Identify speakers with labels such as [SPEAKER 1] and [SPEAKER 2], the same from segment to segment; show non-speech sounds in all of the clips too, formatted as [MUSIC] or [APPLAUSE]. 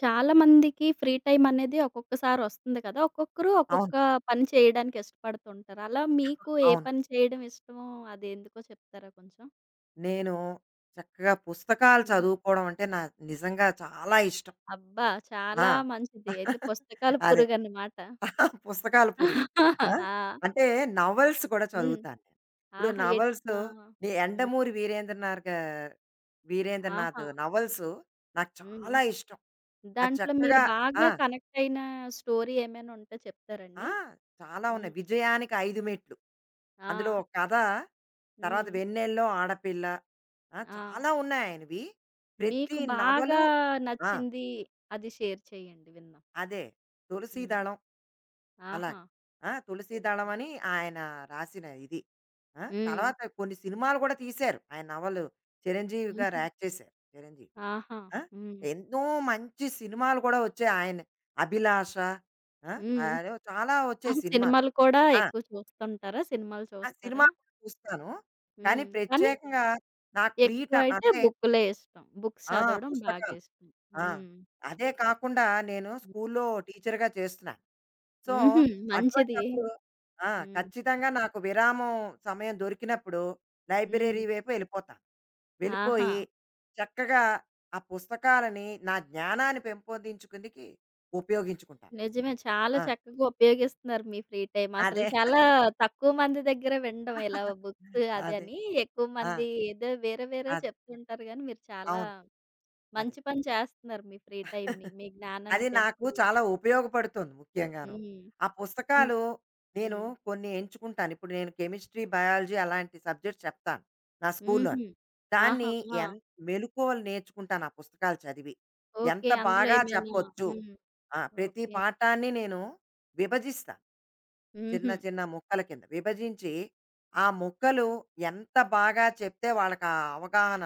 [SPEAKER 1] చాలా మందికి free time అనేది ఒక్కొక్కసారి వస్తుంది కదా! ఒక్కొక్కరు
[SPEAKER 2] అవును.
[SPEAKER 1] ఒక్కొక్క పని చేయడానికి ఇష్టపడుతుంటారు. అలా మీకు ఏ
[SPEAKER 2] అవును.
[SPEAKER 1] పని చేయడం ఇష్టమో అది ఎందుకో చెప్తారా కొంచెం?
[SPEAKER 2] నేను చక్కగా పుస్తకాలు
[SPEAKER 1] హ్మ్.
[SPEAKER 2] చదువుకోవడం అంటే నా నిజంగా చాలా ఇష్టం.
[SPEAKER 1] అబ్బా!
[SPEAKER 2] ఆ!
[SPEAKER 1] చాలా మంచిది. అయితే
[SPEAKER 2] [LAUGHS]
[SPEAKER 1] పుస్తకాల
[SPEAKER 2] అదే.
[SPEAKER 1] పురుగన్నమాట.
[SPEAKER 2] [LAUGHS] పుస్తకాల పురుగు. ఆ!
[SPEAKER 1] ఆ!
[SPEAKER 2] అంటే నవెల్స్ కూడా
[SPEAKER 1] హ్మ్.
[SPEAKER 2] చదువుతాను నేను. ఇప్పుడు
[SPEAKER 1] ఆహా!
[SPEAKER 2] నవెల్స్
[SPEAKER 1] ఆ!
[SPEAKER 2] ఈ
[SPEAKER 1] హ్మ్.
[SPEAKER 2] 'యండమూరి వీరేంద్రనాథ్' గా 'వీరేంద్రనాథ్'
[SPEAKER 1] ఆహా!
[SPEAKER 2] నవెల్స్ నాకు
[SPEAKER 1] హ్మ్.
[SPEAKER 2] చాలా ఇష్టం. అది
[SPEAKER 1] దాంట్లో మీరు
[SPEAKER 2] చక్కగా ఆ!
[SPEAKER 1] బాగా కనెక్ట్ అయిన స్టోరీ ఏమైనా ఉంటే
[SPEAKER 2] ఆ!
[SPEAKER 1] చెప్తారండి?
[SPEAKER 2] చాలా ఉన్నాయి.
[SPEAKER 1] హ్మ్.
[SPEAKER 2] 'విజయానికి ఐదు
[SPEAKER 1] హ్మ్.
[SPEAKER 2] మెట్లు.'
[SPEAKER 1] ఆ!
[SPEAKER 2] అందులో ఒక కథ, తర్వాత
[SPEAKER 1] హ్మ్.
[SPEAKER 2] 'వెన్నెల్లో ఆడపిల్ల' ఆ!
[SPEAKER 1] ఆ!
[SPEAKER 2] చాలా ఉన్నాయి ఆయనవి. ప్రతి
[SPEAKER 1] మీకు బాగా
[SPEAKER 2] నవలు ఆ!
[SPEAKER 1] నచ్చింది అది షేర్ చేయండి విందాం.
[SPEAKER 2] అదే.
[SPEAKER 1] హ్మ్.
[SPEAKER 2] 'తులసీదళం' అలాగ.
[SPEAKER 1] ఆహా!
[SPEAKER 2] ఆ!
[SPEAKER 1] ఓకే.
[SPEAKER 2] 'తులసీదళం' అని ఆయన రాసిన ఇది. ఆ!
[SPEAKER 1] హ్మ్. [LAUGHS]
[SPEAKER 2] తర్వాత కొన్ని సినిమాలు కూడా తీశారు. ఆయన నవలు 'చిరంజీవి' గారు
[SPEAKER 1] హుహు.
[SPEAKER 2] యాక్ట్ చేశారు. 'చిరంజీవి.'
[SPEAKER 1] ఆహా!
[SPEAKER 2] ఆ!
[SPEAKER 1] హ్మ్.
[SPEAKER 2] ఎన్నో మంచి సినిమాలు కూడా వచ్చాయి ఆయన 'అభిలాష' ఆ!
[SPEAKER 1] హ్మ్.
[SPEAKER 2] అదేవో చాలా వచ్చాయి
[SPEAKER 1] ఆహా!
[SPEAKER 2] సినిమాలు.
[SPEAKER 1] సినిమాలు కూడా
[SPEAKER 2] ఆ!
[SPEAKER 1] ఎక్కువ చూస్తుంటారా? సినిమాలు
[SPEAKER 2] ఆ! సినిమా
[SPEAKER 1] చూస్తారా?
[SPEAKER 2] కూడా చూస్తాను. కానీ
[SPEAKER 1] హ్మ్. కానీ
[SPEAKER 2] ప్రత్యేకంగా నాకు ఫ్రీ టైమ్
[SPEAKER 1] ఎక్కువైతే
[SPEAKER 2] అంటే
[SPEAKER 1] బుక్కులే ఇష్టం. బుక్స్
[SPEAKER 2] ఆ!
[SPEAKER 1] చదవడం బాగా
[SPEAKER 2] పుస్తకాలు.
[SPEAKER 1] ఇష్టం.
[SPEAKER 2] ఆ!
[SPEAKER 1] హ్మ్.
[SPEAKER 2] అదే కాకుండా నేను
[SPEAKER 1] హుహు.
[SPEAKER 2] స్కూల్లో టీచర్‌గా చేస్తున్నాను. సో,
[SPEAKER 1] [LAUGHS] మంచిది.
[SPEAKER 2] అటువంటప్పుడు ఆ!
[SPEAKER 1] హ్మ్.
[SPEAKER 2] ఖచ్చితంగా నాకు విరామం సమయం దొరికినప్పుడు
[SPEAKER 1] హ్మ్.
[SPEAKER 2] లైబ్రరీ వైపు వెళ్ళిపోతాను.
[SPEAKER 1] ఆహా!
[SPEAKER 2] వెళ్ళిపోయి చక్కగా ఆ పుస్తకాలని నా జ్ఞానాన్ని పెంపొందించుకుందుకి ఉపయోగించుకుంటాను.
[SPEAKER 1] నిజమే. చాలా
[SPEAKER 2] ఆ!
[SPEAKER 1] చక్కగా ఉపయోగిస్తున్నారు మీ ఫ్రీ టైమ్. అసలు
[SPEAKER 2] అదే.
[SPEAKER 1] చాలా తక్కువ మంది దగ్గర వినడం ఇలా బుక్స్
[SPEAKER 2] [LAUGHS] అదే.
[SPEAKER 1] అదని. ఎక్కువ
[SPEAKER 2] ఆ!
[SPEAKER 1] మంది ఏదో వేరే వేరే
[SPEAKER 2] అదే.
[SPEAKER 1] చెప్తుంటారు గానీ, మీరు చాలా
[SPEAKER 2] అవును. అదే.
[SPEAKER 1] మంచి పని చేస్తున్నారు మీ ఫ్రీ టైమ్‌ని. మీ జ్ఞానాన్ని
[SPEAKER 2] అది నాకు
[SPEAKER 1] పెంపొందిం
[SPEAKER 2] చాలా ఉపయోగపడుతుంది ముఖ్యంగాను.
[SPEAKER 1] హ్మ్.
[SPEAKER 2] ఆ
[SPEAKER 1] హ్మ్.
[SPEAKER 2] పుస్తకాలు నేను
[SPEAKER 1] హ్మ్.
[SPEAKER 2] కొన్ని ఎంచుకుంటాను. ఇప్పుడు నేను కెమిస్ట్రీ, బయాలజీ అలాంటి సబ్జెక్ట్స్ చెప్తాను నా స్కూల్‌లోని.
[SPEAKER 1] హుహు. ఆహా!
[SPEAKER 2] దాన్ని
[SPEAKER 1] ఆ!
[SPEAKER 2] ఎన్ మెలుకువలు నేర్చుకుంటాను ఆ పుస్తకాలు చదివి. ఎంత
[SPEAKER 1] ఓకే. అందులో
[SPEAKER 2] బాగా
[SPEAKER 1] ఏమైనా
[SPEAKER 2] చెప్పొచ్చు.
[SPEAKER 1] హ్మ్.
[SPEAKER 2] ఆ! ప్రతి
[SPEAKER 1] ఓకే.
[SPEAKER 2] పాఠాన్ని నేను విభజిస్తాను. చిన్న
[SPEAKER 1] హుహు.
[SPEAKER 2] చిన్న ముక్కల కింద విభజించి, ఆ ముక్కలు ఎంత బాగా చెప్తే వాళ్ళకి ఆ అవగాహన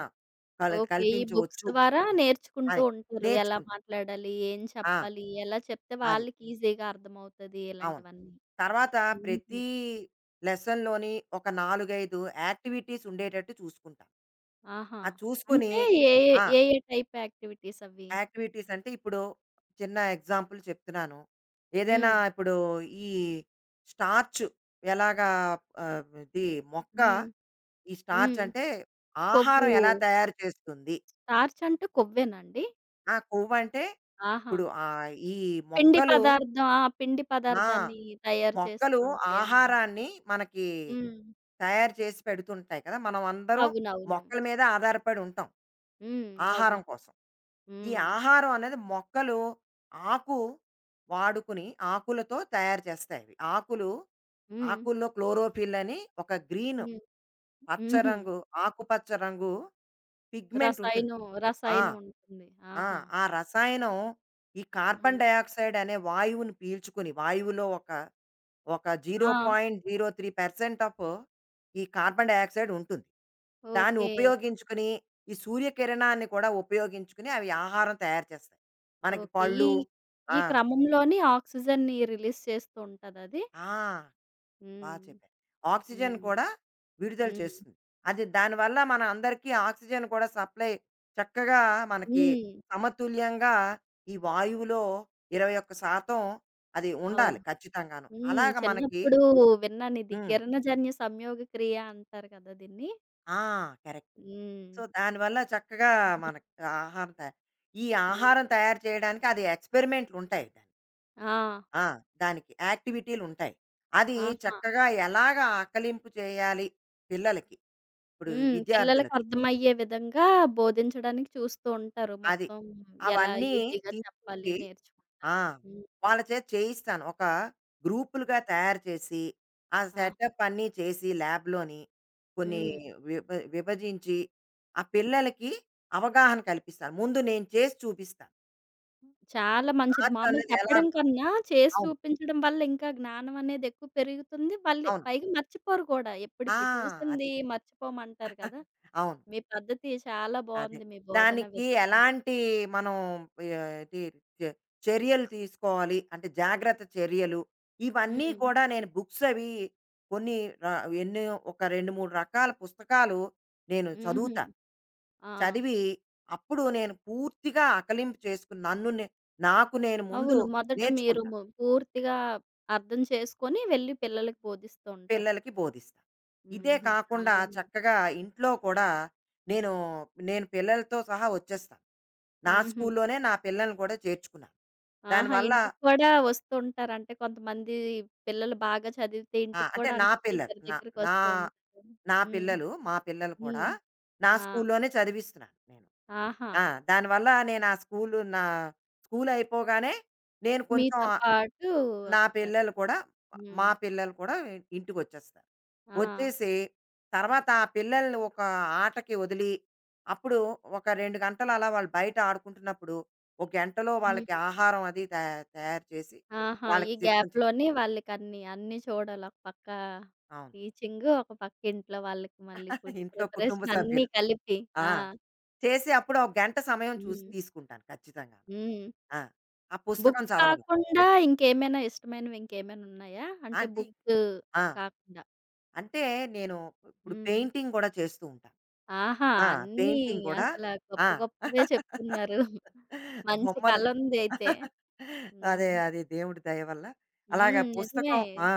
[SPEAKER 2] కల్
[SPEAKER 1] ఓకే. ఈ బుక్స్
[SPEAKER 2] కల్పించవచ్చు
[SPEAKER 1] ద్వారా నేర్చుకుంటూ
[SPEAKER 2] అని
[SPEAKER 1] ఉంటారు. ఎలా
[SPEAKER 2] నేర్చుకుంటా.
[SPEAKER 1] మాట్లాడాలి? ఏం
[SPEAKER 2] ఆ!
[SPEAKER 1] చెప్పాలి? ఎలా చెప్తే
[SPEAKER 2] అది.
[SPEAKER 1] వాళ్ళకి ఈజీగా అర్థమవుతది?
[SPEAKER 2] అవును.
[SPEAKER 1] ఇలాంటివన్నీ.
[SPEAKER 2] తర్వాత
[SPEAKER 1] హుహు.
[SPEAKER 2] ప్రతి లెసన్‌లోని ఒక 4, 5 యాక్టివిటీస్ ఉండేటట్టు చూసుకుంటాను.
[SPEAKER 1] ఆహా!
[SPEAKER 2] అది చూసుకొని
[SPEAKER 1] అంటే ఏ ఏ,
[SPEAKER 2] ఆ!
[SPEAKER 1] ఏ ఏ టైప్ యాక్టివిటీస్ అవి?
[SPEAKER 2] యాక్టివిటీస్ అంటే ఇప్పుడు చిన్న ఎగ్జాంపుల్ చెప్తున్నాను. ఏదైనా
[SPEAKER 1] హ్మ్.
[SPEAKER 2] ఇప్పుడు ఈ స్టార్చ్ ఎలాగా ఇది మొక్క
[SPEAKER 1] హ్మ్.
[SPEAKER 2] ఈ స్టార్చ్
[SPEAKER 1] హ్మ్.
[SPEAKER 2] అంటే
[SPEAKER 1] కొవ్వు
[SPEAKER 2] ఆహారం ఎలా తయారు చేస్తుంది?
[SPEAKER 1] స్టార్చ్ అంటే కొవ్వేనా అండి?
[SPEAKER 2] ఆ! కొవ్వంటే
[SPEAKER 1] ఆహా!
[SPEAKER 2] ఇప్పుడు ఈ
[SPEAKER 1] పిండి
[SPEAKER 2] మొక్కలు
[SPEAKER 1] పదార్థం ఆ! పిండి
[SPEAKER 2] ఆ!
[SPEAKER 1] పదార్థాన్ని తయారు చేస్తూ
[SPEAKER 2] మొక్కలు
[SPEAKER 1] ఉంటాయా?
[SPEAKER 2] ఆహారాన్ని మనకి
[SPEAKER 1] హ్మ్.
[SPEAKER 2] తయారు చేసి పెడుతుంటాయి కదా! మనం అందరం
[SPEAKER 1] అవునవును.
[SPEAKER 2] మొక్కల మీద ఆధారపడి ఉంటాం
[SPEAKER 1] హ్మ్.
[SPEAKER 2] ఆహారం
[SPEAKER 1] అవును.
[SPEAKER 2] కోసం. ఈ
[SPEAKER 1] హ్మ్.
[SPEAKER 2] ఆహారం అనేది మొక్కలు ఆకు వాడుకుని ఆకులతో తయారు చేస్తాయి అవి. ఆకులు
[SPEAKER 1] హ్మ్.
[SPEAKER 2] ఆకుల్లో క్లోరోఫిల్ అని ఒక గ్రీన్
[SPEAKER 1] హ్మ్.
[SPEAKER 2] పచ్చ
[SPEAKER 1] హుహు.
[SPEAKER 2] రంగు, ఆకుపచ్చ రంగు పిగ్మెంట్ ఉంటుంది.
[SPEAKER 1] రసాయనం,
[SPEAKER 2] ఆ!
[SPEAKER 1] రసాయనం ఉంటుంది.
[SPEAKER 2] ఆ!
[SPEAKER 1] ఆహా!
[SPEAKER 2] ఆ రసాయనం ఈ కార్బన్
[SPEAKER 1] హ్మ్.
[SPEAKER 2] డయాక్సైడ్ అనే వాయువుని పీల్చుకుని వాయువులో ఒక ఒక
[SPEAKER 1] ఆ!
[SPEAKER 2] 0.03% ఆఫ్ ఈ కార్బన్ డయాక్సైడ్ ఉంటుంది. దాన్ని
[SPEAKER 1] ఓకే.
[SPEAKER 2] ఉపయోగించుకుని, ఈ సూర్యకిరణాన్ని కూడా ఉపయోగించుకుని అవి ఆహారం తయారు చేస్తాయి. మనకి
[SPEAKER 1] ఓకే. ఈ
[SPEAKER 2] పళ్ళు
[SPEAKER 1] ఈ
[SPEAKER 2] ఆ!
[SPEAKER 1] క్రమంలోనే ఆక్సిజన్‌ని రిలీజ్ చేస్తూ ఉంటదది?
[SPEAKER 2] ఆ! బా
[SPEAKER 1] హ్మ్.
[SPEAKER 2] చెప్పారు. ఆక్సిజన్
[SPEAKER 1] హ్మ్.
[SPEAKER 2] కూడా విడుదల
[SPEAKER 1] హ్మ్.
[SPEAKER 2] చేస్తుంది. అది దానివల్ల మన అందరికీ ఆక్సిజన్ కూడా సప్లై చక్కగా మనకి
[SPEAKER 1] హ్మ్.
[SPEAKER 2] సమతుల్యంగా ఈ వాయువులో 21% అది ఉండాలి
[SPEAKER 1] అవును.
[SPEAKER 2] ఖచ్చితంగాను.
[SPEAKER 1] హ్మ్.
[SPEAKER 2] అలాగ మనకి
[SPEAKER 1] చిన్నప్పుడు విన్నాను ఇది.
[SPEAKER 2] హ్మ్.
[SPEAKER 1] కిరణజన్య సంయోగ క్రియ అంటారు కదా దీన్ని.
[SPEAKER 2] ఆ! కరెక్ట్.
[SPEAKER 1] హ్మ్.
[SPEAKER 2] సో, దానివల్ల చక్కగా
[SPEAKER 1] హ్మ్.
[SPEAKER 2] మనకి ఆహారం తయా ఈ ఆహారం
[SPEAKER 1] హ్మ్.
[SPEAKER 2] తయారు చేయడానికి అది ఎక్స్‌పెరిమెంట్‌లుంటాయి.
[SPEAKER 1] ఆ!
[SPEAKER 2] ఆ! దానికి యాక్టివిటీలుంటాయి. అది
[SPEAKER 1] ఆహా!
[SPEAKER 2] చక్కగా ఎలాగా ఆకలింపు చేయాలి పిల్లలకి, ఇప్పుడు
[SPEAKER 1] హ్మ్. పిల్లలకి
[SPEAKER 2] విద్యార్థులకి.
[SPEAKER 1] అర్థమయ్యే విధంగా బోధించడానికి చూస్తూ ఉంటారు.
[SPEAKER 2] అది.
[SPEAKER 1] మొత్తం ఎలా
[SPEAKER 2] అవన్నీ
[SPEAKER 1] ఈజీగా చెప్పాలి
[SPEAKER 2] తీసుకొచ్చి ఆ!
[SPEAKER 1] నేర్చుకుంటారు. హ్మ్.
[SPEAKER 2] వాళ్ళ చేత చేయిస్తాను. ఒక గ్రూపులుగా తయారు చేసి, ఆ
[SPEAKER 1] ఆ!
[SPEAKER 2] సెటప్ అన్నీ చేసి ల్యాబ్‌లోని కొన్ని
[SPEAKER 1] హ్మ్.
[SPEAKER 2] విభ విభజించి, ఆ పిల్లలకి అవగాహన కల్పిస్తాను. ముందు నేను చేసి చూపిస్తాను.
[SPEAKER 1] చాలా మంచిది.
[SPEAKER 2] ఆర్ట్
[SPEAKER 1] మామూలు
[SPEAKER 2] అనేది ఎలా
[SPEAKER 1] చెప్పడం కన్నా చేసి
[SPEAKER 2] అవును.
[SPEAKER 1] చూపించడం వల్ల ఇంకా జ్ఞానం అనేది ఎక్కువ పెరుగుతుంది. వాళ్ళు
[SPEAKER 2] అవును.
[SPEAKER 1] పైగా మర్చిపోరు కూడా
[SPEAKER 2] ఆ!
[SPEAKER 1] ఎప్పటికి. చూసింది
[SPEAKER 2] అది.
[SPEAKER 1] మర్చిపోమంటారు కదా!
[SPEAKER 2] అవును.
[SPEAKER 1] మీ పద్ధతి చాలా
[SPEAKER 2] అదే.
[SPEAKER 1] బావుంది. మీ బోధన
[SPEAKER 2] దానికి
[SPEAKER 1] విధానం మీ
[SPEAKER 2] ఎలాంటి మనం ఏ, ఇది చ చర్యలు తీసుకోవాలి అంటే జాగ్రత్త చర్యలు, ఇవన్నీ
[SPEAKER 1] హ్మ్.
[SPEAKER 2] కూడా నేను బుక్స్ అవి కొన్ని ర ఎన్ని ఒక 2, 3 రకాల పుస్తకాలు నేను
[SPEAKER 1] హుహు.
[SPEAKER 2] చదువుతా.
[SPEAKER 1] ఆ!
[SPEAKER 2] చదివి అప్పుడు నేను పూర్తిగా అకలింపు చేసుకుని నన్ను నే నాకు నేను ముందు
[SPEAKER 1] అవును. మొదట మీరు
[SPEAKER 2] నేర్చుకుంటా.
[SPEAKER 1] పూర్తిగా అర్థం చేసుకొని వెళ్లి పిల్లలకి బోధిస్తూ ఉంటారు.
[SPEAKER 2] పిల్లలకి బోధిస్తా. ఇదే
[SPEAKER 1] హుహు. చాలా
[SPEAKER 2] కాకుండా
[SPEAKER 1] మంచి
[SPEAKER 2] చక్కగా ఇంట్లో కూడా నేను, నేను పిల్లలతో సహా వచ్చేస్తాను. నా
[SPEAKER 1] హుహు.
[SPEAKER 2] స్కూల్లోనే నా పిల్లల్ని కూడా చేర్చుకున్నాను.
[SPEAKER 1] ఆహా!
[SPEAKER 2] దానివల్ల
[SPEAKER 1] ఇంటికి కూడా వస్తుంటారు. అంటే కొంతమంది పిల్లలు బాగా చదివితే
[SPEAKER 2] ఆ!
[SPEAKER 1] ఇంటికి
[SPEAKER 2] అంటే
[SPEAKER 1] కూడా
[SPEAKER 2] నా
[SPEAKER 1] అంటే
[SPEAKER 2] పిల్లలు.
[SPEAKER 1] టీచర్
[SPEAKER 2] నా నా
[SPEAKER 1] దగ్గరికొస్తూ ఉంటారు.
[SPEAKER 2] నా
[SPEAKER 1] హ్మ్.
[SPEAKER 2] పిల్లలు, మా పిల్లలు
[SPEAKER 1] హ్మ్.
[SPEAKER 2] కూడా నా
[SPEAKER 1] ఆ!
[SPEAKER 2] స్కూల్లోనే చదివిస్తున్నాను నేను.
[SPEAKER 1] ఆహా!
[SPEAKER 2] ఆ! దానివల్ల నేను ఆ స్కూలు నా స్కూలయిపోగానే నేను కొంచెం
[SPEAKER 1] మీతో పాటు
[SPEAKER 2] నా
[SPEAKER 1] వస్తారు.
[SPEAKER 2] పిల్లలు కూడా
[SPEAKER 1] హ్మ్.
[SPEAKER 2] మా పిల్లలు కూడా ఇంటికొచ్చేస్తారు.
[SPEAKER 1] ఆ!
[SPEAKER 2] వచ్చేసి తర్వాత ఆ పిల్లల్ని ఒక ఆటకి వదిలి, అప్పుడు ఒక 2 గంటలు అలా వాళ్ళు బయట ఆడుకుంటున్నప్పుడు, ఒక గంటలో వాళ్ళకి
[SPEAKER 1] హ్మ్.
[SPEAKER 2] ఆహారం అది తా తయారు చేసి,
[SPEAKER 1] ఆహా! ఈ
[SPEAKER 2] వాళ్ళకి సిద్ధం చే
[SPEAKER 1] గ్యాప్‌లోనే అన్నీ చూడాలి. ఒక పక్క
[SPEAKER 2] అవును.
[SPEAKER 1] టీచింగు, ఒక పక్క ఇంట్లో వాళ్ళకి మళ్ళీ
[SPEAKER 2] [LAUGHS]
[SPEAKER 1] ఫుడ్
[SPEAKER 2] ఇంట్లో కుటుంబ
[SPEAKER 1] ప్రిపరేషన్ అన్నీ
[SPEAKER 2] సభ్యులు.
[SPEAKER 1] కలిపి.
[SPEAKER 2] ఆ!
[SPEAKER 1] ఆ!
[SPEAKER 2] చేసి అప్పుడు ఒక గంట సమయం చూసి
[SPEAKER 1] హ్మ్.
[SPEAKER 2] తీసుకుంటాను ఖచ్చితంగాను.
[SPEAKER 1] హ్మ్.
[SPEAKER 2] ఆ! ఆ పుస్తకం
[SPEAKER 1] బుక్స్
[SPEAKER 2] చదవడం.
[SPEAKER 1] కాకుండా ఇంకేమైనా ఇష్టమైనవి ఇంకేమైనా ఉన్నాయా? అంటే
[SPEAKER 2] అంటే
[SPEAKER 1] బుక్స్
[SPEAKER 2] ఆ!
[SPEAKER 1] కాకుండా.
[SPEAKER 2] అంటే నేను ఇప్పుడు
[SPEAKER 1] హ్మ్.
[SPEAKER 2] పెయింటింగ్ కూడా చేస్తూ ఉంటాను.
[SPEAKER 1] ఆహా!
[SPEAKER 2] ఆ!
[SPEAKER 1] అన్నీ
[SPEAKER 2] పెయింటింగ్ కూడా.
[SPEAKER 1] అసల గొప్ప
[SPEAKER 2] ఆ!
[SPEAKER 1] గొప్పవే
[SPEAKER 2] [LAUGHS]
[SPEAKER 1] చెప్తున్నారు. మంచి
[SPEAKER 2] బొమ్మలు.
[SPEAKER 1] కళందయితే.
[SPEAKER 2] [LAUGHS] అదే.
[SPEAKER 1] హ్మ్.
[SPEAKER 2] అది దేవుడి దయ వల్ల. అలాగా
[SPEAKER 1] హ్మ్. నిజమే.
[SPEAKER 2] పుస్తకం ఆ!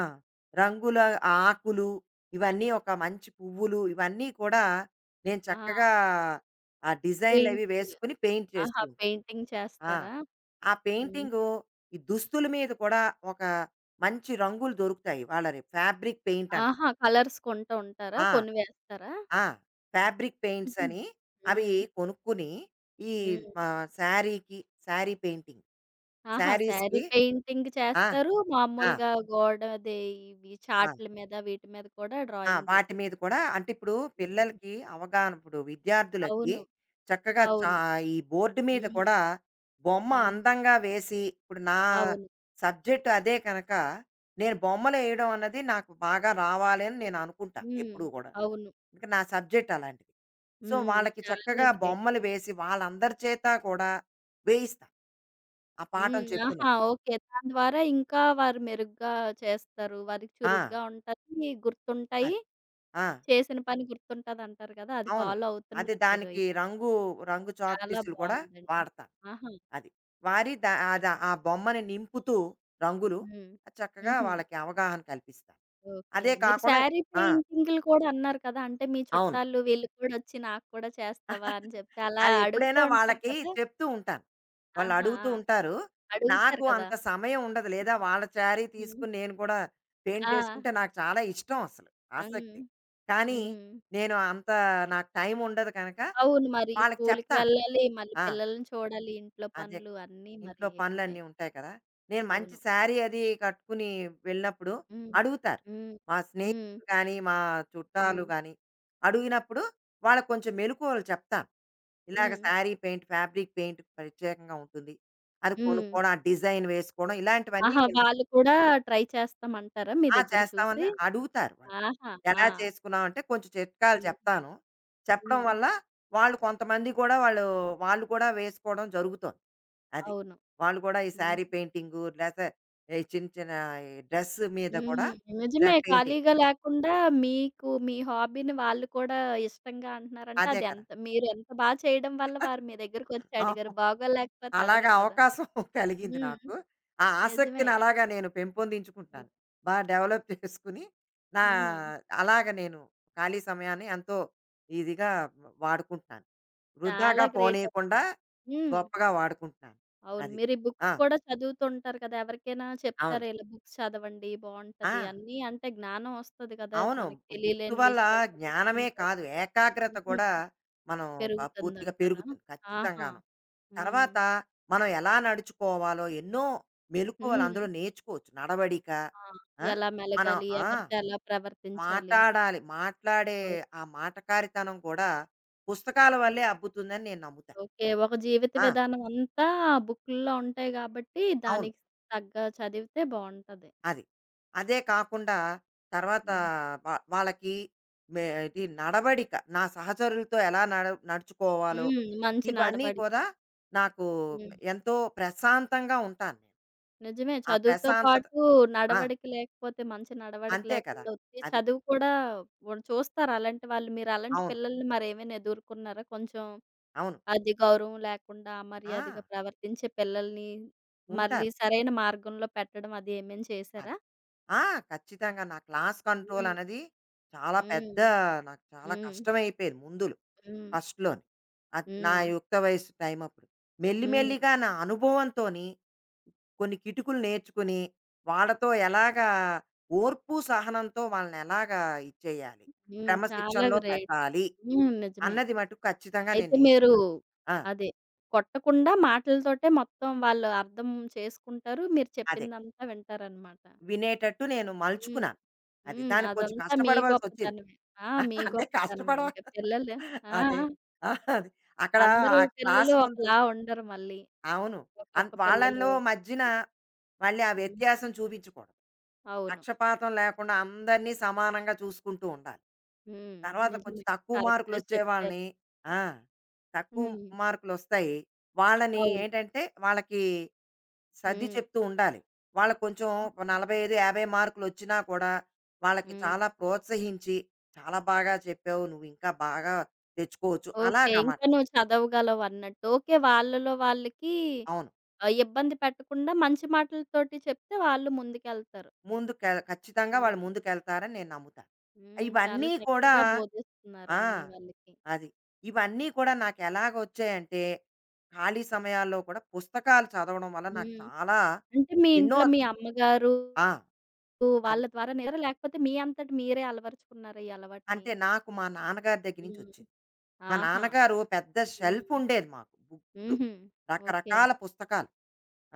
[SPEAKER 2] రంగుల ఆకులు ఇవన్నీ ఒక మంచి పువ్వులు ఇవన్నీ కూడా నేను
[SPEAKER 1] ఆ!
[SPEAKER 2] చక్కగా ఆ డిజైన్‌లవి
[SPEAKER 1] పెయింటింగ్.
[SPEAKER 2] వేసుకొని పెయింట్ చేస్తూ
[SPEAKER 1] ఆహా!
[SPEAKER 2] ఉంటా.
[SPEAKER 1] పెయింటింగ్
[SPEAKER 2] ఆ!
[SPEAKER 1] చేస్తారా?
[SPEAKER 2] ఆ
[SPEAKER 1] హ్మ్.
[SPEAKER 2] పెయింటింగు ఈ దుస్తుల మీద కూడా ఒక మంచి రంగులు దొరుకుతాయి. వాళ్ళని ఫ్యాబ్రిక్ పెయింట్ అంటారు.
[SPEAKER 1] ఆహా! కలర్స్ కొంటూ ఉంటారా?
[SPEAKER 2] ఆ!
[SPEAKER 1] కొని వేస్తారా?
[SPEAKER 2] ఆ! ఫ్యాబ్రిక్ పెయింట్స్
[SPEAKER 1] హుహు.
[SPEAKER 2] అని అవి
[SPEAKER 1] హ్మ్.
[SPEAKER 2] కొనుక్కొని, ఈ
[SPEAKER 1] హ్మ్.
[SPEAKER 2] మా శారీకి శారీ పెయింటింగ్.
[SPEAKER 1] ఆహా! శారీ
[SPEAKER 2] శారీస్‌కి
[SPEAKER 1] పెయింటింగ్
[SPEAKER 2] ఆ!
[SPEAKER 1] చేస్తారు.
[SPEAKER 2] ఆ!
[SPEAKER 1] మామూలుగా గోడ అదే ఇవి
[SPEAKER 2] ఆ!
[SPEAKER 1] చార్ట్‌ల మీద వీటి మీద కూడా
[SPEAKER 2] ఆ!
[SPEAKER 1] డ్రాయింగ్.
[SPEAKER 2] వాటి మీద కూడా అంటే ఇప్పుడు
[SPEAKER 1] హ్మ్.
[SPEAKER 2] పిల్లలకి అవగాహన ఇప్పుడు విద్యార్థులకి
[SPEAKER 1] అవును.
[SPEAKER 2] చక్కగా చా
[SPEAKER 1] అవును.
[SPEAKER 2] ఈ బోర్డు మీద
[SPEAKER 1] హ్మ్.
[SPEAKER 2] కూడా బొమ్మ
[SPEAKER 1] హ్మ్.
[SPEAKER 2] అందంగా వేసి, ఇప్పుడు నా
[SPEAKER 1] అవును.
[SPEAKER 2] సబ్జెక్ట్ అదే కనుక, నేను బొమ్మలేయడం అన్నది నాకు బాగా రావాలి అని నేను అనుకుంటాను
[SPEAKER 1] హ్మ్.
[SPEAKER 2] ఎప్పుడూ కూడా.
[SPEAKER 1] అవును.
[SPEAKER 2] ఇంకా నా సబ్జెక్ట్ అలాంటిది. సో,
[SPEAKER 1] హ్మ్.
[SPEAKER 2] వాళ్ళకి
[SPEAKER 1] చాలా
[SPEAKER 2] చక్కగా
[SPEAKER 1] గ్రేట్.
[SPEAKER 2] బొమ్మలు వేసి వాళ్ళందరి చేత కూడా వేయిస్తా. ఆ పాఠం
[SPEAKER 1] హ్మ్. ఆహా!
[SPEAKER 2] చెప్తున్నప్పుడు.
[SPEAKER 1] ఓకే. దాని ద్వారా ఇంకా వారు మెరుగ్గా చేస్తారు. వారికి
[SPEAKER 2] ఆ!
[SPEAKER 1] చురుగ్గా ఉంటాయి, గుర్తుంటాయి.
[SPEAKER 2] అది. ఆ!
[SPEAKER 1] చేసిన పని గుర్తుంటదంటారు కదా! అది
[SPEAKER 2] అవును.
[SPEAKER 1] ఫాలో
[SPEAKER 2] అది
[SPEAKER 1] అవుతున్నారు మీరు
[SPEAKER 2] దానికి
[SPEAKER 1] అయితే.
[SPEAKER 2] రంగు, రంగు చాక్
[SPEAKER 1] చాలా
[SPEAKER 2] పీసులు కూడా
[SPEAKER 1] బావుందండి.
[SPEAKER 2] వాడతా.
[SPEAKER 1] ఆహా!
[SPEAKER 2] అది. వారి దా అద ఆ బొమ్మని నింపుతూ రంగులు
[SPEAKER 1] హ్మ్.
[SPEAKER 2] చక్కగా
[SPEAKER 1] హుహు.
[SPEAKER 2] వాళ్ళకి అవగాహన కల్పిస్తా.
[SPEAKER 1] ఓకే.
[SPEAKER 2] అదే
[SPEAKER 1] మీరు
[SPEAKER 2] కాకుండా
[SPEAKER 1] శారీ
[SPEAKER 2] ఆ!
[SPEAKER 1] పెయింటింగులు కూడా అన్నారు కదా! అంటే మీ
[SPEAKER 2] అవును.
[SPEAKER 1] చుట్టాలు వీళ్ళు కూడా వచ్చి నాకు కూడా చేస్తావా అని చెప్పి అలా
[SPEAKER 2] అది
[SPEAKER 1] అడుగుతూ
[SPEAKER 2] ఎప్పుడైనా
[SPEAKER 1] ఉంటారు
[SPEAKER 2] వాళ్ళకి
[SPEAKER 1] కదా!
[SPEAKER 2] చెప్తూ ఉంటాను. వాళ్ళు
[SPEAKER 1] ఆహా!
[SPEAKER 2] అడుగుతూ
[SPEAKER 1] ఆ!
[SPEAKER 2] ఉంటారు.
[SPEAKER 1] అడుగుతారు
[SPEAKER 2] నాకు
[SPEAKER 1] కదా!
[SPEAKER 2] అంత సమయం ఉండదు. లేదా వాళ్ళ శారీ
[SPEAKER 1] హ్మ్.
[SPEAKER 2] తీసుకొని నేను కూడా పెయింట్
[SPEAKER 1] ఆ!
[SPEAKER 2] చేసుకుంటే నాకు చాలా ఇష్టం అసలు
[SPEAKER 1] హ్మ్.
[SPEAKER 2] ఆసక్తి. కానీ
[SPEAKER 1] హ్మ్.
[SPEAKER 2] నేను అంత నాకు టైం ఉండదు కనుక
[SPEAKER 1] అవును. మరి
[SPEAKER 2] వాళ్ళకి
[SPEAKER 1] స్కూలుకి
[SPEAKER 2] చెప్తాను.
[SPEAKER 1] వెళ్ళాలి. మళ్ళీ
[SPEAKER 2] ఆ!
[SPEAKER 1] పిల్లల్ని చూడాలి. ఇంట్లో
[SPEAKER 2] అదే
[SPEAKER 1] పనులు అన్నీ
[SPEAKER 2] ఇంట్లో
[SPEAKER 1] మరి ఎక్కువే.
[SPEAKER 2] పనులన్నీ ఉంటాయి కదా! నేను మంచి
[SPEAKER 1] అవును.
[SPEAKER 2] శారీ అది కట్టుకుని వెళ్ళినప్పుడు
[SPEAKER 1] హ్మ్.
[SPEAKER 2] అడుగుతారు.
[SPEAKER 1] హ్మ్.
[SPEAKER 2] మా
[SPEAKER 1] హ్మ్.
[SPEAKER 2] స్నేహితులు గానీ, మా చుట్టాలు
[SPEAKER 1] హ్మ్.
[SPEAKER 2] గానీ అడిగినప్పుడు వాళ్ళకి కొంచెం మెలుకువలు చెప్తాను. ఇలాగ
[SPEAKER 1] హ్మ్.
[SPEAKER 2] శారీ పెయింట్, ఫ్యాబ్రిక్ పెయింట్ ప్రత్యేకంగా ఉంటుంది. అది
[SPEAKER 1] హ్మ్.
[SPEAKER 2] కొనుక్కోవడం, ఆ డిజైన్ వేసుకోవడం ఇలాంటివన్నీ
[SPEAKER 1] ఆహా!
[SPEAKER 2] నేను
[SPEAKER 1] వాళ్ళు కూడా ట్రై చేస్తామంటారా మీ
[SPEAKER 2] ఆ!
[SPEAKER 1] దగ్గర
[SPEAKER 2] చేస్తామని
[SPEAKER 1] చూసి?
[SPEAKER 2] అడుగుతారు వాళ్ళు.
[SPEAKER 1] ఆహా! ఆ!
[SPEAKER 2] ఎలా చేసుకున్నావు అంటే కొంచెం చిట్కాలు
[SPEAKER 1] హ్మ్.
[SPEAKER 2] చెప్తాను. చెప్పడం
[SPEAKER 1] హ్మ్.
[SPEAKER 2] వల్ల వాళ్ళు కొంతమంది కూడా వాళ్ళు కూడా వేసుకోవడం జరుగుతోంది. అది.
[SPEAKER 1] అవును.
[SPEAKER 2] వాళ్ళు కూడా ఈ
[SPEAKER 1] హ్మ్.
[SPEAKER 2] శారీ పెయింటింగు లేతే ఈ చిన్న చిన్న ఈ డ్రెస్ మీద కూడా
[SPEAKER 1] హ్మ్.
[SPEAKER 2] ఇలా
[SPEAKER 1] నిజమే.
[SPEAKER 2] పెయింటింగ్.
[SPEAKER 1] ఖాళీగా లేకుండా మీకు మీ హాబీని వాళ్ళు కూడా ఇష్టంగా అంటున్నారంటే
[SPEAKER 2] అదే
[SPEAKER 1] అది
[SPEAKER 2] కదా!
[SPEAKER 1] ఎంత మీరు ఎంత బా చేయడం వల్ల వారు మీ
[SPEAKER 2] [LAUGHS]
[SPEAKER 1] దగ్గరకొచ్చి
[SPEAKER 2] అవును.
[SPEAKER 1] అడిగారు. బాగోలేకపోతే
[SPEAKER 2] అలాగా
[SPEAKER 1] అడగరు కదా!
[SPEAKER 2] అవకాశం [LAUGHS] కలిగింది
[SPEAKER 1] హ్మ్.
[SPEAKER 2] నాకు. ఆ
[SPEAKER 1] నిజమే.
[SPEAKER 2] ఆసక్తిని అలాగా నేను పెంపొందించుకుంటున్నాను. బా డెవలప్ చేసుకొని, నా
[SPEAKER 1] హ్మ్.
[SPEAKER 2] అలాగ నేను ఖాళీ సమయాన్ని ఎంతో ఇదిగా వాడుకుంటున్నాను.
[SPEAKER 1] చాలా
[SPEAKER 2] వృధాగా
[SPEAKER 1] గ్రేట్.
[SPEAKER 2] పోనీయకుండా
[SPEAKER 1] హ్మ్.
[SPEAKER 2] గొప్పగా వాడుకుంటున్నాను.
[SPEAKER 1] అవును.
[SPEAKER 2] అది.
[SPEAKER 1] మీరు ఈ బుక్స్
[SPEAKER 2] ఆ!
[SPEAKER 1] కూడా చదువుతుంటారు కదా! ఎవరికైనా
[SPEAKER 2] అవును.
[SPEAKER 1] చెప్తారా? ఇలా బుక్స్ చదవండి
[SPEAKER 2] ఆ!
[SPEAKER 1] బావుంటది. అన్నీ అంటే జ్ఞానం వస్తది కదా!
[SPEAKER 2] అవును.
[SPEAKER 1] మనకి
[SPEAKER 2] బుక్స్
[SPEAKER 1] తెలియలేని
[SPEAKER 2] వల్ల
[SPEAKER 1] విషయాలు
[SPEAKER 2] జ్ఞానమే
[SPEAKER 1] తెలుసుకుంటే
[SPEAKER 2] కాదు, ఏకాగ్రత కూడా
[SPEAKER 1] హ్మ్.
[SPEAKER 2] మనం ప పూర్తిగా
[SPEAKER 1] పెరుగుతుందంటారా?
[SPEAKER 2] పెరుగుతుంది
[SPEAKER 1] ఆహా!
[SPEAKER 2] ఖచ్చితంగాను.
[SPEAKER 1] హ్మ్.
[SPEAKER 2] తర్వాత మనం ఎలా నడుచుకోవాలో ఎన్నో మెలకువలు
[SPEAKER 1] హ్మ్.
[SPEAKER 2] అందులో నేర్చుకోవచ్చు. నడవడిక
[SPEAKER 1] ఆ!
[SPEAKER 2] ఆ!
[SPEAKER 1] ఎలా
[SPEAKER 2] మనం
[SPEAKER 1] మెలగాలి?
[SPEAKER 2] ఆ!
[SPEAKER 1] ఎవరితో ఎలా ప్రవర్తించాలి?
[SPEAKER 2] మాటాడాలి. మాట్లాడే
[SPEAKER 1] ఓకే.
[SPEAKER 2] ఆ మాటకారితనం కూడా పుస్తకాల
[SPEAKER 1] హ్మ్.
[SPEAKER 2] వల్లే అబ్బుతుందని నేను నమ్ముతా.
[SPEAKER 1] ఓకే. ఒక జీవిత
[SPEAKER 2] ఆ!
[SPEAKER 1] విధానం అంతా బుక్కుల్లో ఉంటాయి కాబట్టి
[SPEAKER 2] అవును.
[SPEAKER 1] దానికి తగ్గ చదివితే బావుంటది.
[SPEAKER 2] అది. అదే కాకుండా తర్వాత
[SPEAKER 1] హ్మ్.
[SPEAKER 2] వా వాళ్ళకి మే ఇది నడవడిక నా సహచరులతో ఎలా నడ నడుచుకోవాలో
[SPEAKER 1] హ్మ్. మంచి
[SPEAKER 2] ఇవన్నీ
[SPEAKER 1] నడవడిక.
[SPEAKER 2] కూడా నాకు
[SPEAKER 1] హ్మ్.
[SPEAKER 2] ఎంతో ప్రశాంతంగా ఉంటాను నేను.
[SPEAKER 1] నిజమే.
[SPEAKER 2] ఆ
[SPEAKER 1] చదువుతో
[SPEAKER 2] ప్రశాంతత
[SPEAKER 1] పాటు
[SPEAKER 2] ఆ!
[SPEAKER 1] నడవడిక లేకపోతే, మంచి నడవడిక
[SPEAKER 2] అంతే కదా!
[SPEAKER 1] లేకుండా ఒత్తి
[SPEAKER 2] అది.
[SPEAKER 1] చదువు కూడా చూస్తారు అలాంటి వాళ్ళు. మీరు అలాంటి
[SPEAKER 2] అవును.
[SPEAKER 1] పిల్లల్ని మరేమైనా ఎదుర్కొన్నారా? కొంచెం
[SPEAKER 2] అవును.
[SPEAKER 1] అది గౌరవం లేకుండా,
[SPEAKER 2] ఆ!
[SPEAKER 1] అమర్యాదగా ప్రవర్తించే పిల్లల్ని
[SPEAKER 2] ఉంటారు.
[SPEAKER 1] మళ్ళీ సరైన మార్గంలో పెట్టడం అది ఏమైనా చేశారా?
[SPEAKER 2] అదే. ఆ! ఖచ్చితంగా నా క్లాస్ కంట్రోల్
[SPEAKER 1] హ్మ్.
[SPEAKER 2] అన్నది చాలా పెద్ద
[SPEAKER 1] హ్మ్.
[SPEAKER 2] నాకు చాలా
[SPEAKER 1] హ్మ్.
[SPEAKER 2] కష్టమైపోయేది ముందులో
[SPEAKER 1] హ్మ్.
[SPEAKER 2] ఫస్ట్‌లోని. అది నా
[SPEAKER 1] హ్మ్.
[SPEAKER 2] యుక్త వయస్సు టైం అప్పుడు. మెల్లి
[SPEAKER 1] హ్మ్.
[SPEAKER 2] మెల్లిగా నా అనుభవంతోని కొన్ని కిటుకులు నేర్చుకుని, వాళ్ళతో ఎలాగా ఓర్పు, సహనంతో వాళ్ళని ఎలాగా ఇది చేయాలి,
[SPEAKER 1] హ్మ్. చాలా
[SPEAKER 2] క్రమశిక్షణలో
[SPEAKER 1] గ్రేట్.
[SPEAKER 2] పెట్టాలి
[SPEAKER 1] హ్మ్. నిజమే.
[SPEAKER 2] అన్నది మటుకు ఖచ్చితంగా నేను
[SPEAKER 1] అయితే మీరు
[SPEAKER 2] నేర్చుకున్నాను. ఆ!
[SPEAKER 1] అదే కొట్టకుండా మాటలతోటే మొత్తం వాళ్ళు అర్థం చేసుకుంటారు. మీరు
[SPEAKER 2] అదే.
[SPEAKER 1] చెప్పిందంతా వింటారనమాట.
[SPEAKER 2] వినేటట్టు నేను
[SPEAKER 1] హ్మ్.
[SPEAKER 2] మలుచుకున్నాను. అది.
[SPEAKER 1] హ్మ్.
[SPEAKER 2] దానికి కొంచెం
[SPEAKER 1] అదంతా మీ
[SPEAKER 2] కష్టపడవలసొచ్చింది.
[SPEAKER 1] గొప్పతనమే. ఆ! మీ
[SPEAKER 2] [LAUGHS] అంటే
[SPEAKER 1] గొప్పతనమే.
[SPEAKER 2] కష్టపడవ
[SPEAKER 1] ఇంక పిల్లలు ఆ!
[SPEAKER 2] అదే. ఆ! అది. అక్కడ
[SPEAKER 1] అందరూ
[SPEAKER 2] ఆ క్లాస్
[SPEAKER 1] పిల్లలు
[SPEAKER 2] ముందు
[SPEAKER 1] ఒకలా ఉండరు మళ్ళీ.
[SPEAKER 2] అవును. అన్
[SPEAKER 1] ఒక్కొక్క పిల్లలు
[SPEAKER 2] వాళ్ళలో మధ్యన మళ్ళీ ఆ
[SPEAKER 1] హ్మ్.
[SPEAKER 2] వ్యత్యాసం చూపించకూడదు.
[SPEAKER 1] అవును.
[SPEAKER 2] పక్షపాతం లేకుండా అందరినీ సమానంగా చూసుకుంటూ ఉండాలి.
[SPEAKER 1] హ్మ్.
[SPEAKER 2] తర్వాత
[SPEAKER 1] నిజమే.
[SPEAKER 2] కొంచెం తక్కువ
[SPEAKER 1] కరెక్ట్‌గా
[SPEAKER 2] మార్కులొచ్చే
[SPEAKER 1] చెప్పారు.
[SPEAKER 2] వాళ్ళని ఆ! తక్కువ
[SPEAKER 1] హ్మ్.
[SPEAKER 2] మార్కులొస్తాయి. వాళ్ళని
[SPEAKER 1] అవును.
[SPEAKER 2] ఏంటంటే వాళ్ళకి సర్ది
[SPEAKER 1] హ్మ్.
[SPEAKER 2] చెప్తూ ఉండాలి. వాళ్ళకి కొంచెం
[SPEAKER 1] అవును.
[SPEAKER 2] 45, 50 మార్కులొచ్చినా కూడా వాళ్ళకి
[SPEAKER 1] హ్మ్.
[SPEAKER 2] చాలా ప్రోత్సహించి, "చాలా బాగా చెప్పావు. నువ్వు ఇంకా బాగా తెచ్చుకోవచ్చు."
[SPEAKER 1] ఓకే.
[SPEAKER 2] అలాగమాట.
[SPEAKER 1] ఇంకా నువ్వు చదవగలవన్నట్టు. ఓకే. వాళ్ళలో వాళ్ళకి
[SPEAKER 2] అవును.
[SPEAKER 1] ఆ! ఇబ్బంది పెట్టకుండా మంచి మాటలతోటి చెప్తే వాళ్ళు ముందుకెళ్తారు.
[SPEAKER 2] ముందుకెళ్ ఖచ్చితంగా వాళ్ళు
[SPEAKER 1] హ్మ్.
[SPEAKER 2] ముందుకెళ్తారని నేను నమ్ముతాను.
[SPEAKER 1] హ్మ్. చాలా
[SPEAKER 2] ఇవన్నీ కూడా
[SPEAKER 1] చక్కగా బోధిస్తున్నారు
[SPEAKER 2] ఆ!
[SPEAKER 1] అన్నీ వాళ్ళకి.
[SPEAKER 2] అది. ఇవన్నీ కూడా నాకెలాగొచ్చాయంటే, ఖాళీ సమయాల్లో కూడా పుస్తకాలు చదవడం వల్ల నాకు
[SPEAKER 1] హ్మ్.
[SPEAKER 2] చాలా
[SPEAKER 1] అంటే మీ
[SPEAKER 2] ఎన్నో
[SPEAKER 1] ఇంట్లో మీ అమ్మగారు
[SPEAKER 2] ఆ!
[SPEAKER 1] వాళ్ళ
[SPEAKER 2] అది.
[SPEAKER 1] ద్వారా నేరా? లేకపోతే మీ అంతట మీరే అలవరుచుకున్నారా ఈ అలవాటుని?
[SPEAKER 2] అంటే నాకు మా నాన్నగారి దగ్గర
[SPEAKER 1] హ్మ్.
[SPEAKER 2] నుంచొచ్చింది. మా
[SPEAKER 1] ఆహా!
[SPEAKER 2] నాన్నగారు పెద్ద షెల్ఫ్
[SPEAKER 1] హ్మ్.
[SPEAKER 2] ఉండేది మాకు. బుక్స్
[SPEAKER 1] హుహు. ఓకే.
[SPEAKER 2] రకరకాల పుస్తకాలు.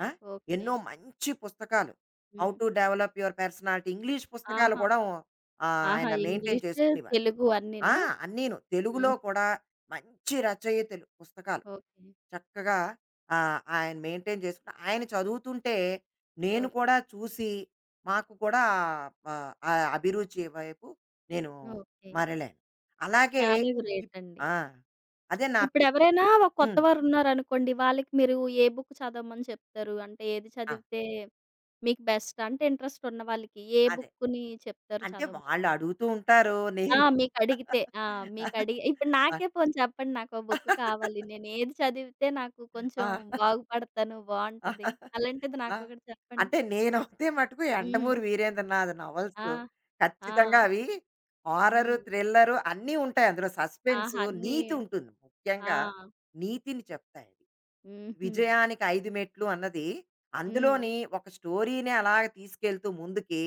[SPEAKER 2] ఆ!
[SPEAKER 1] ఓకే.
[SPEAKER 2] ఎన్నో మంచి పుస్తకాలు. 'How
[SPEAKER 1] hmm.
[SPEAKER 2] To develop your personality' English పుస్తకాలు
[SPEAKER 1] ఆహా!
[SPEAKER 2] కూడా
[SPEAKER 1] ఆహా!
[SPEAKER 2] ఆయన మెయింటైన్
[SPEAKER 1] ఇంగ్లీషు,
[SPEAKER 2] చేసుకునేవారు.
[SPEAKER 1] తెలుగు
[SPEAKER 2] ఆ!
[SPEAKER 1] అన్నీనా?
[SPEAKER 2] అన్నీను. తెలుగులో
[SPEAKER 1] హ్మ్.
[SPEAKER 2] కూడా మంచి రచయితలు పుస్తకాలు.
[SPEAKER 1] ఓకే.
[SPEAKER 2] చక్కగా ఆయన మెయింటైన్ చేసుకుని ఆయన చదువుతుంటే నేను
[SPEAKER 1] ఓకే.
[SPEAKER 2] కూడా చూసి మాకు కూడా ఆ అభిరుచి వైపు నేను
[SPEAKER 1] ఓకే.
[SPEAKER 2] మరలాను. అలాగే
[SPEAKER 1] చాలా గ్రేట్
[SPEAKER 2] ఇప్
[SPEAKER 1] అండి.
[SPEAKER 2] ఆ! అదే నా పి
[SPEAKER 1] ఇప్పుడెవరైనా ఒక కొత్త
[SPEAKER 2] హ్మ్.
[SPEAKER 1] వారున్నారనుకోండి, వాళ్ళకి మీరు ఏ బుక్ చదవమని చెప్తారు? అంటే ఏది
[SPEAKER 2] ఆ!
[SPEAKER 1] చదివితే మీకు బెస్ట్? అంటే ఇంట్రెస్ట్ ఉన్న వాళ్ళకి ఏ
[SPEAKER 2] అదే.
[SPEAKER 1] బుక్కుని చెప్తారు
[SPEAKER 2] అంటే
[SPEAKER 1] చదవమని?
[SPEAKER 2] వాళ్ళు అడుగుతూ ఉంటారు.
[SPEAKER 1] ఆ!
[SPEAKER 2] నేను
[SPEAKER 1] మీకడిగితే. ఆ! మీకడిగి ఇప్పుడు
[SPEAKER 2] [LAUGHS]
[SPEAKER 1] నాకే పోనీ చెప్పండి నాకో బుక్ కావాలి. నేను ఏది చదివితే నాకు కొంచెం
[SPEAKER 2] ఆ!
[SPEAKER 1] బాగుపడతాను,
[SPEAKER 2] ఆ!
[SPEAKER 1] బావుంటది. అలాంటిది
[SPEAKER 2] ఆ!
[SPEAKER 1] నాకొకటి చెప్పండి.
[SPEAKER 2] అంటే నేనైతే మటుకు
[SPEAKER 1] హ్మ్.
[SPEAKER 2] 'యండమూరి వీరేంద్రనాథ్' నవల్స్
[SPEAKER 1] ఆ! ఆ!
[SPEAKER 2] ఖచ్చితంగా అవి హారరు,
[SPEAKER 1] హ్మ్.
[SPEAKER 2] థ్రిల్లరు అన్నీ ఉంటాయి అందులో. సస్పెన్సు,
[SPEAKER 1] ఆహా! అన్నీ
[SPEAKER 2] నీతి ఉంటుంది. ముఖ్యంగా
[SPEAKER 1] ఆ!
[SPEAKER 2] నీతిని చెప్తాయి అవి.
[SPEAKER 1] హుహు.
[SPEAKER 2] 'విజయానికి 5 మెట్లు' అన్నది
[SPEAKER 1] హ్మ్.
[SPEAKER 2] అందులోని ఒక స్టోరీని అలాగ తీసుకెళ్తూ ముందుకి,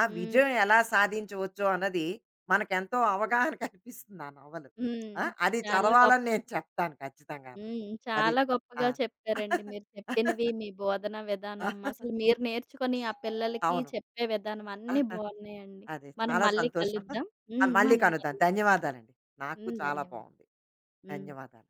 [SPEAKER 2] ఆ
[SPEAKER 1] హ్మ్.
[SPEAKER 2] విజయం ఎలా సాధించవచ్చో అన్నది మనకెంతో అవగాహన [LAUGHS] కల్పిస్తుంది ఆ నవలు.
[SPEAKER 1] హ్మ్.
[SPEAKER 2] ఆ! అది
[SPEAKER 1] చాలా గొ
[SPEAKER 2] చదవాలని నేను చెప్తాను ఖచ్చితంగాను.
[SPEAKER 1] హ్మ్.
[SPEAKER 2] అది.
[SPEAKER 1] చాలా
[SPEAKER 2] ఆ!
[SPEAKER 1] గొప్పగా చెప్పారండి. మీరు చెప్పినవి, మీ
[SPEAKER 2] [LAUGHS]
[SPEAKER 1] బోధన విధానం, అసలు మీరు నేర్చుకొని ఆ పిల్లలకి
[SPEAKER 2] అవును.
[SPEAKER 1] చెప్పే విధానం
[SPEAKER 2] ఆ!
[SPEAKER 1] అన్నీ బావున్నాయండి.
[SPEAKER 2] అదే.
[SPEAKER 1] మనం
[SPEAKER 2] చాలా
[SPEAKER 1] మళ్ళీ
[SPEAKER 2] సంతోషం.
[SPEAKER 1] కలుద్దాం.
[SPEAKER 2] ఆ,
[SPEAKER 1] హ్మ్.
[SPEAKER 2] మళ్ళీ
[SPEAKER 1] మనం
[SPEAKER 2] కలుద్దాం.
[SPEAKER 1] మళ్ళీ
[SPEAKER 2] ధన్యవాదాలండి. నాకు
[SPEAKER 1] హ్మ్.
[SPEAKER 2] చాలా
[SPEAKER 1] ధన్యవాదాలు.
[SPEAKER 2] బావుంది.
[SPEAKER 1] హ్మ్.
[SPEAKER 2] ధన్యవాదాలు.